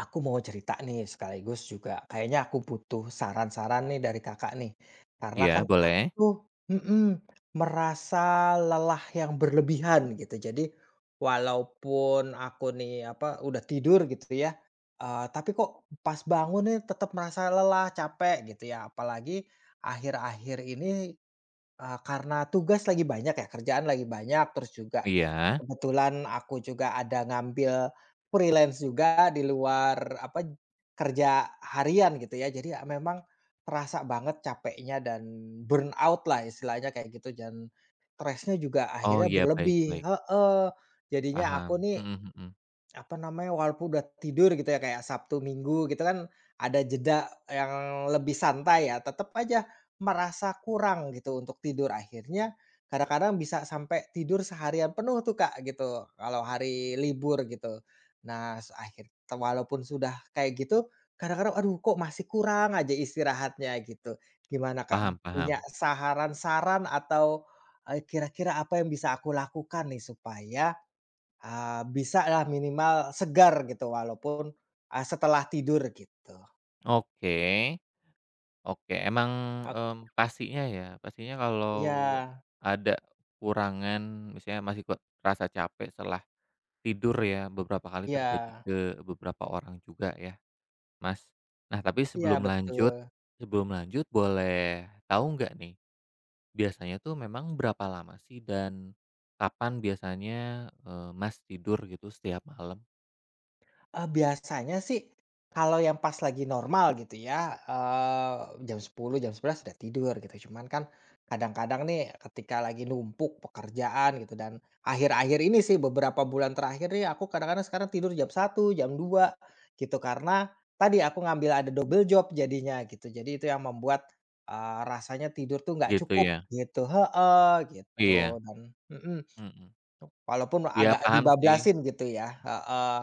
Aku mau cerita nih sekaligus juga kayaknya aku butuh saran-saran nih dari Kakak nih. Karena Iya, kan aku boleh. tuh, mhm, merasa lelah yang berlebihan gitu. Jadi walaupun aku nih apa udah tidur gitu ya, tapi kok pas bangun nih tetap merasa lelah, capek gitu ya. Apalagi akhir-akhir ini karena tugas lagi banyak ya, kerjaan lagi banyak, terus juga Iya. kebetulan aku juga ada ngambil freelance juga di luar apa, kerja harian gitu ya. Jadi ya memang terasa banget capeknya dan burnout lah istilahnya kayak gitu dan stres-nya juga Oh, akhirnya iya, baik berlebih, baik. heeh. Jadinya aku Paham. nih Mhm mhm. apa namanya, walaupun udah tidur gitu ya, kayak Sabtu Minggu gitu kan ada jeda yang lebih santai ya, tetap aja merasa kurang gitu untuk tidur. Akhirnya kadang-kadang bisa sampai tidur seharian penuh tuh, Kak, gitu, kalau hari libur gitu. Nah, s akhir walaupun sudah kayak gitu, kadang-kadang, "Aduh kok masih kurang aja istirahatnya," gitu. Gimana, Kak, Paham punya paham. saran-saran atau, kira-kira apa yang bisa aku lakukan nih supaya bisa lah minimal segar gitu walaupun, setelah tidur gitu. Oke oke. Emang, Ok. Pastinya ya, pastinya kalau Iya, ada kurangan misalnya masih kok terasa capek setelah tidur ya, beberapa kali terjadi iya, ke beberapa orang juga ya, Mas. Nah, tapi iya, sebelum lanjut betul. sebelum lanjut boleh tahu nggak nih, biasanya tuh memang berapa lama sih dan kapan biasanya, Mas tidur gitu setiap malam? Biasanya sih kalau yang pas lagi normal gitu ya, jam 10 jam 11 sudah tidur gitu. Cuman kan kadang-kadang nih ketika lagi numpuk pekerjaan gitu dan akhir-akhir ini sih beberapa bulan terakhir nih aku kadang-kadang sekarang tidur jam 1 jam 2 gitu karena tadi aku ngambil ada double job jadinya gitu. Jadi itu yang membuat, rasanya tidur tuh nggak Gitu cukup ya, gitu, heeh, gitu iya, dan, mhm, mhm, walaupun iya agak paham sih, dibablasin gitu ya, heeh.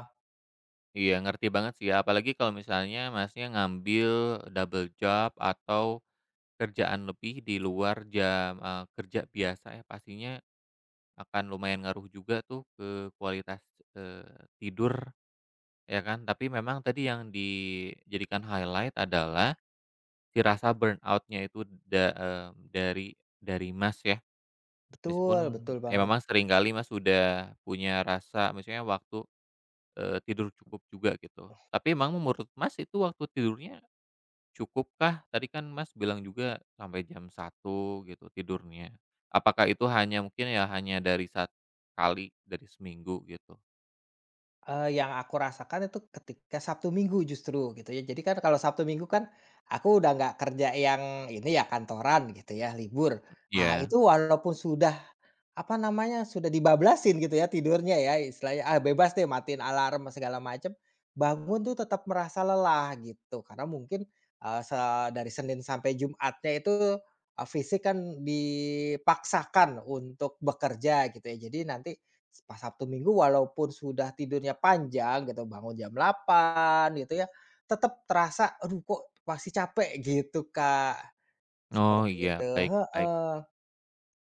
iya ngerti banget sih ya apalagi kalau misalnya Masnya ngambil double job atau kerjaan lebih di luar jam, kerja biasa ya pastinya akan lumayan ngaruh juga tuh ke kualitas, eee, tidur ya kan. Tapi memang tadi yang dijadikan highlight adalah si rasa burnout-nya itu da eee, dari dari Mas ya, Betul meskipun betul ya banget, memang seringkali Mas udah punya rasa maksudnya waktu tidur cukup juga gitu. Tapi emang menurut Mas itu waktu tidurnya cukupkah? Tadi kan Mas bilang juga sampai jam 1 gitu tidurnya. Apakah itu hanya mungkin ya hanya dari satu kali dari seminggu gitu? Yang aku rasakan itu ketika Sabtu Minggu justru gitu ya. Jadi kan kalau Sabtu Minggu kan aku udah nggak kerja yang ini ya kantoran gitu ya, libur. Ah, Iya. itu walaupun sudah apa namanya, sudah dibablasin gitu ya tidurnya ya istilahnya, ah, bebas deh matiin alarm segala macam, bangun tuh tetap merasa lelah gitu. Karena mungkin, eee, se dari Senin sampai Jumatnya itu, fisik kan dipaksakan untuk bekerja gitu ya. Jadi nanti pas Sabtu Minggu walaupun sudah tidurnya panjang gitu, bangun jam 8 gitu ya, tetap terasa, "Aduh kok masih capek," gitu Kak, Oh seperti itu. iya, baik baik. Heeh.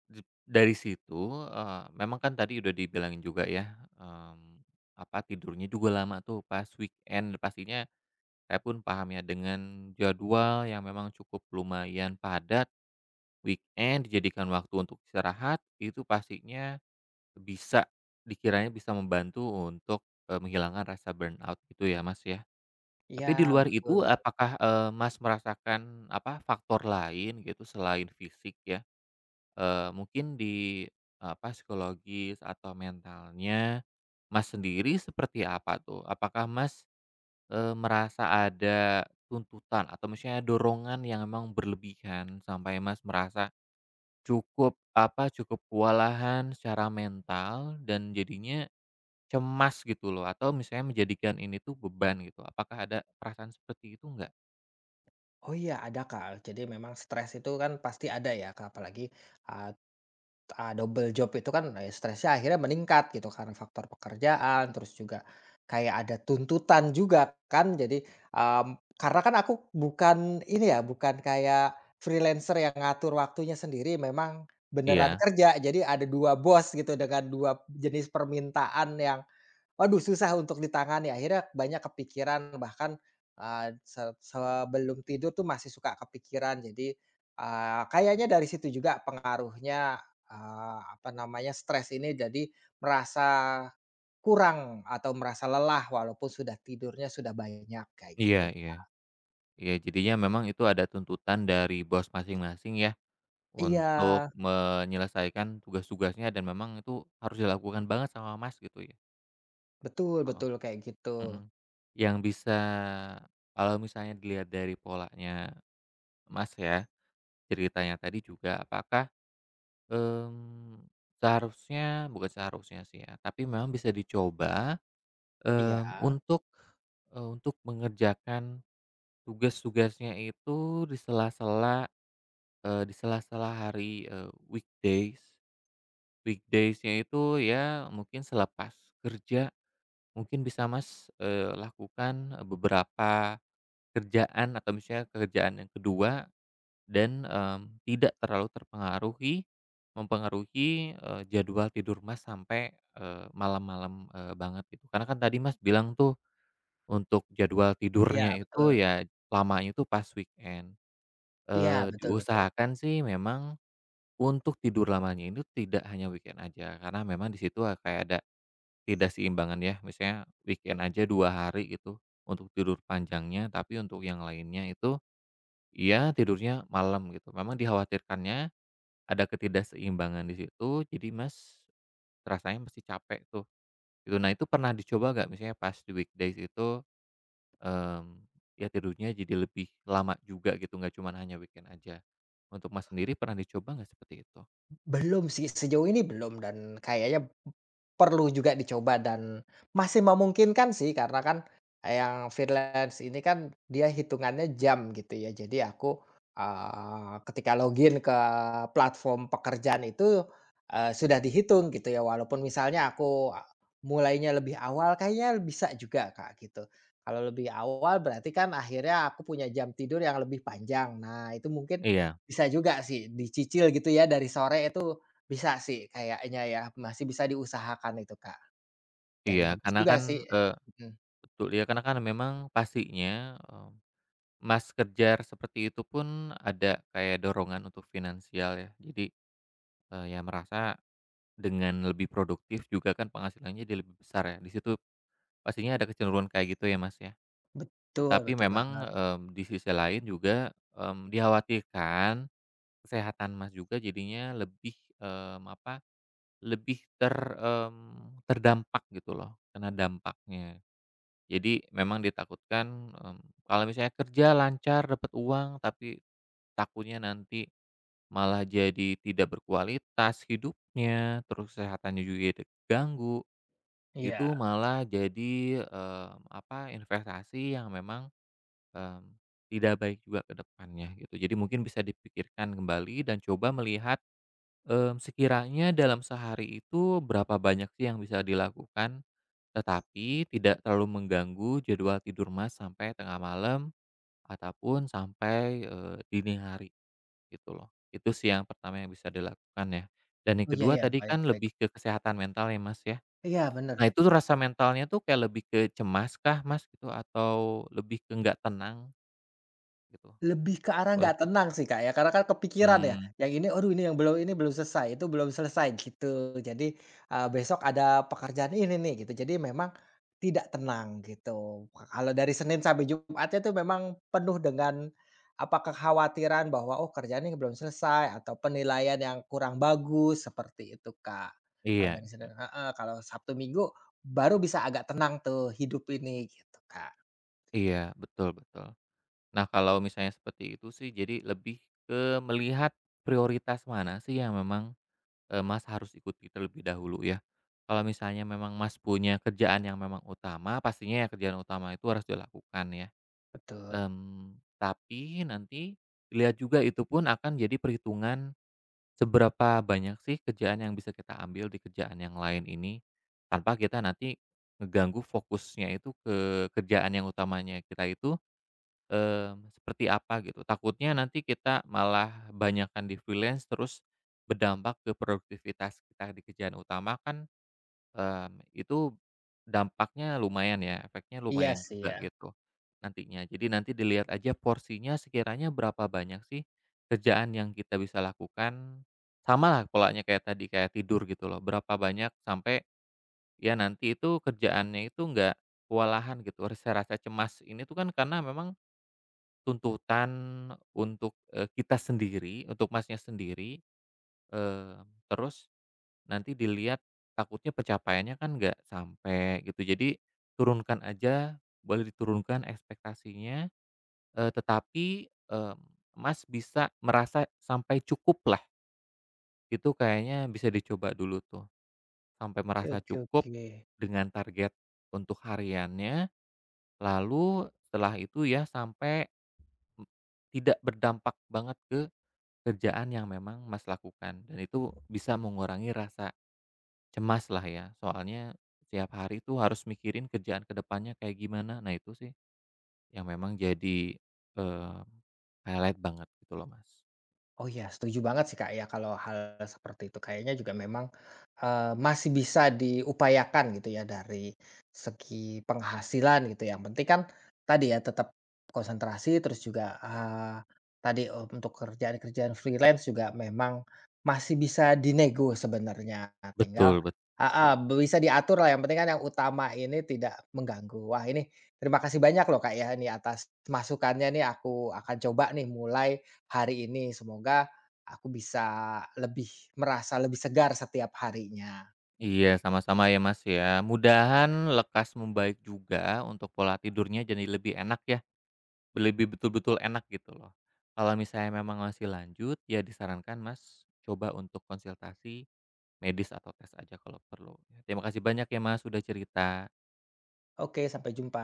Dari situ, memang kan tadi udah dibilangin juga ya, apa, tidurnya juga lama tuh pas weekend, pastinya saya pun paham ya dengan jadwal yang memang cukup lumayan padat. Weekend dijadikan waktu untuk istirahat, itu pastinya bisa dikiranya bisa membantu untuk, menghilangkan rasa burnout gitu ya, Mas, ya. Tapi di Iya, luar itu betul. apakah, Mas, merasakan apa, faktor lain gitu selain fisik ya, mungkin di apa, psikologis atau mentalnya Mas sendiri seperti apa tuh? Apakah Mas, merasa ada tuntutan atau misalnya dorongan yang memang berlebihan sampai Mas merasa cukup kewalahan secara mental dan jadinya cemas gitu loh, atau misalnya menjadikan ini tuh beban gitu. Apakah ada perasaan seperti itu enggak? Oh, iya ada, Kak. Jadi memang stres itu kan pasti ada ya, Kak, apalagi, eee, eee, double job itu kan, stresnya akhirnya meningkat gitu karena faktor pekerjaan, terus juga kayak ada tuntutan juga kan. Jadi, mmm, karena kan aku bukan ini ya, bukan kayak freelancer yang ngatur waktunya sendiri, memang beneran Iya. kerja. Jadi ada 2 bos gitu dengan 2 jenis permintaan yang, waduh, susah untuk ditangani, akhirnya banyak kepikiran bahkan, eee, se sebelum tidur tuh masih suka kepikiran. Jadi, kayaknya dari situ juga pengaruhnya, apa namanya, stres ini jadi merasa kurang atau merasa lelah walaupun sudah tidurnya sudah banyak, kayak Iya gitu. iya. Iya, jadinya memang itu ada tuntutan dari bos masing-masing ya, Iya, untuk menyelesaikan tugas-tugasnya dan memang itu harus dilakukan banget sama Mas gitu ya? betul Heeh, betul, kayak gitu. mhm. Yang bisa, kalau misalnya dilihat dari polanya Mas ya, ceritanya tadi juga, apakah Mmm, seharusnya, bukan seharusnya sih ya, tapi memang bisa dicoba, mmm, Iya. untuk, untuk mengerjakan tugas-tugasnya itu di sela-sela hari, weekdays. Weekdays-nya itu ya mungkin selepas kerja, mungkin bisa Mas, lakukan beberapa kerjaan atau misalnya kerjaan yang kedua. Dan, tidak terlalu terpengaruhi, mempengaruhi, jadwal tidur Mas sampai, malam-malam, banget gitu. Karena kan tadi Mas bilang tuh untuk jadwal tidurnya Iya itu betul. ya lamanya itu pas weekend. Iya, Eee, betul betul. diusahakan sih memang untuk tidur lamanya itu tidak hanya weekend aja, karena memang di situ kayak ada tidak, ketidakseimbangan ya. Misalnya weekend aja 2 hari gitu untuk tidur panjangnya, tapi untuk yang lainnya itu, ya tidurnya malam gitu. Memang dikhawatirkannya ada ketidakseimbangan di situ, jadi Mas, rasanya mesti capek tuh, gitu. Nah itu pernah dicoba nggak misalnya pas di weekdays itu, mmm, ya tidurnya jadi lebih lama juga gitu, nggak cuman hanya weekend aja. Untuk Mas sendiri pernah dicoba nggak seperti itu? Belum sih, sejauh ini belum dan kayaknya perlu juga dicoba dan masih memungkinkan sih karena kan yang freelance ini kan dia hitungannya jam gitu ya. Jadi aku, ketika login ke platform pekerjaan itu, sudah dihitung gitu ya walaupun misalnya aku mulainya lebih awal kayaknya bisa juga, Kak, gitu. Kalau lebih awal berarti kan akhirnya aku punya jam tidur yang lebih panjang. Nah itu mungkin Iya. bisa juga sih, dicicil gitu ya dari sore itu bisa sih kayaknya ya, masih bisa diusahakan itu, Kak, dan Iya, bagus karena juga kan, sih. eee Mhm, betul ya, karena kan memang pastinya, Mas kejar seperti itu pun ada kayak dorongan untuk finansial ya. Jadi, ya merasa dengan lebih produktif juga kan penghasilannya jadi lebih besar ya. Di situ pastinya ada kecenderungan kayak gitu ya, Mas, ya. E betul tapi betul memang, banget. Di sisi lain juga, dikhawatirkan kesehatan Mas juga jadinya lebih, apa, lebih terdampak gitu loh, kena dampaknya. Jadi memang ditakutkan, kalau misalnya kerja lancar, dapat uang, tapi takutnya nanti malah jadi tidak berkualitas hidupnya, terus kesehatannya juga terganggu, itu Iya. malah jadi, apa, investasi yang memang Mmm, tidak baik juga ke depannya gitu. Jadi mungkin bisa dipikirkan kembali dan coba melihat, sekiranya dalam sehari itu berapa banyak sih yang bisa dilakukan, tetapi tidak terlalu mengganggu jadwal tidur Mas sampai tengah malam ataupun sampai, dini hari gitu loh. Itu sih yang pertama yang bisa dilakukan ya. Dan yang Oh, iya kedua iya, tadi baik kan baik. lebih ke kesehatan mental ya, Mas, ya. Iya, Nah bener. itu tuh rasa mentalnya tuh kayak lebih ke cemas kah, Mas, gitu atau lebih ke nggak tenang gitu? Lebih ke arah Boleh nggak tenang sih, Kak, ya, karena kan kepikiran ya, Mmm, yang ini, "Aduh, ini yang belum ini belum selesai, itu belum selesai," gitu. Jadi, besok ada pekerjaan ini nih, gitu. Jadi memang tidak tenang gitu. Kalau dari Senin sampai Jumatnya tuh memang penuh dengan apa, kekhawatiran bahwa, "Oh, kerjaan ini belum selesai," atau penilaian yang kurang bagus, seperti itu, Kak. Kalau iya dari Senin, heeh, kalau Sabtu Minggu baru bisa agak tenang tuh hidup ini, gitu, Kak. iya, betul betul. Nah, kalau misalnya seperti itu sih, jadi lebih ke melihat prioritas mana sih yang memang, Mas harus ikuti terlebih dahulu ya. Kalau misalnya memang Mas punya kerjaan yang memang utama, pastinya ya kerjaan utama itu harus dilakukan ya. Betul. Tapi nanti dilihat juga itu pun akan jadi perhitungan, seberapa banyak sih kerjaan yang bisa kita ambil di kerjaan yang lain ini, tanpa kita nanti ngeganggu fokusnya itu ke kerjaan yang utamanya kita itu, seperti apa gitu. Takutnya nanti kita malah banyakkan di freelance terus berdampak ke produktivitas kita di kerjaan utama kan. Itu dampaknya lumayan ya, efeknya Iya lumayan sih juga ya. gitu nantinya. Jadi nanti dilihat aja porsinya sekiranya berapa banyak sih kerjaan yang kita bisa lakukan, samalah polanya kayak tadi, kayak tidur gitu loh, berapa banyak, sampai ya nanti itu kerjaannya itu nggak kewalahan gitu. Rasa-rasa cemas ini tuh kan karena memang tuntutan untuk, kita sendiri, untuk Masnya sendiri, eee, terus nanti dilihat, takutnya pencapaiannya kan nggak sampai gitu. Jadi turunkan aja, boleh diturunkan ekspektasinya, tetapi, Mas bisa merasa sampai cukup lah, itu kayaknya bisa dicoba dulu tuh. Sampai Oke, merasa oke, cukup oke. dengan target untuk hariannya, lalu setelah itu ya sampai, m tidak berdampak banget ke kerjaan yang memang Mas lakukan dan itu bisa mengurangi rasa cemas lah ya, soalnya setiap hari tuh harus mikirin kerjaan ke depannya kayak gimana. Nah itu sih yang memang jadi, eee, highlight banget gitu loh, Mas. Oh iya, setuju banget sih, Kak, ya, kalau hal seperti itu kayaknya juga memang, masih bisa diupayakan gitu ya dari segi penghasilan gitu, yang penting kan tadi ya tetap konsentrasi terus juga, tadi eh, untuk kerjaan-kerjaan freelance juga memang masih bisa dinego sebenarnya, Betul tinggal betul. heeh, bisa diatur lah yang penting kan yang utama ini tidak mengganggu. Wah ini terima kasih banyak loh, Kak, ya, ini atas masukannya nih aku akan coba nih mulai hari ini. Semoga aku bisa lebih merasa lebih segar setiap harinya. Iya, sama-sama ya, Mas, ya. Mudahan lekas membaik juga untuk pola tidurnya jadi lebih enak ya, lebih betul-betul enak gitu loh. Kalau misalnya memang masih lanjut, ya disarankan, Mas, coba untuk konsultasi medis atau tes aja kalau perlu. Terima kasih banyak ya, Mas, sudah cerita. Oke, sampai jumpa.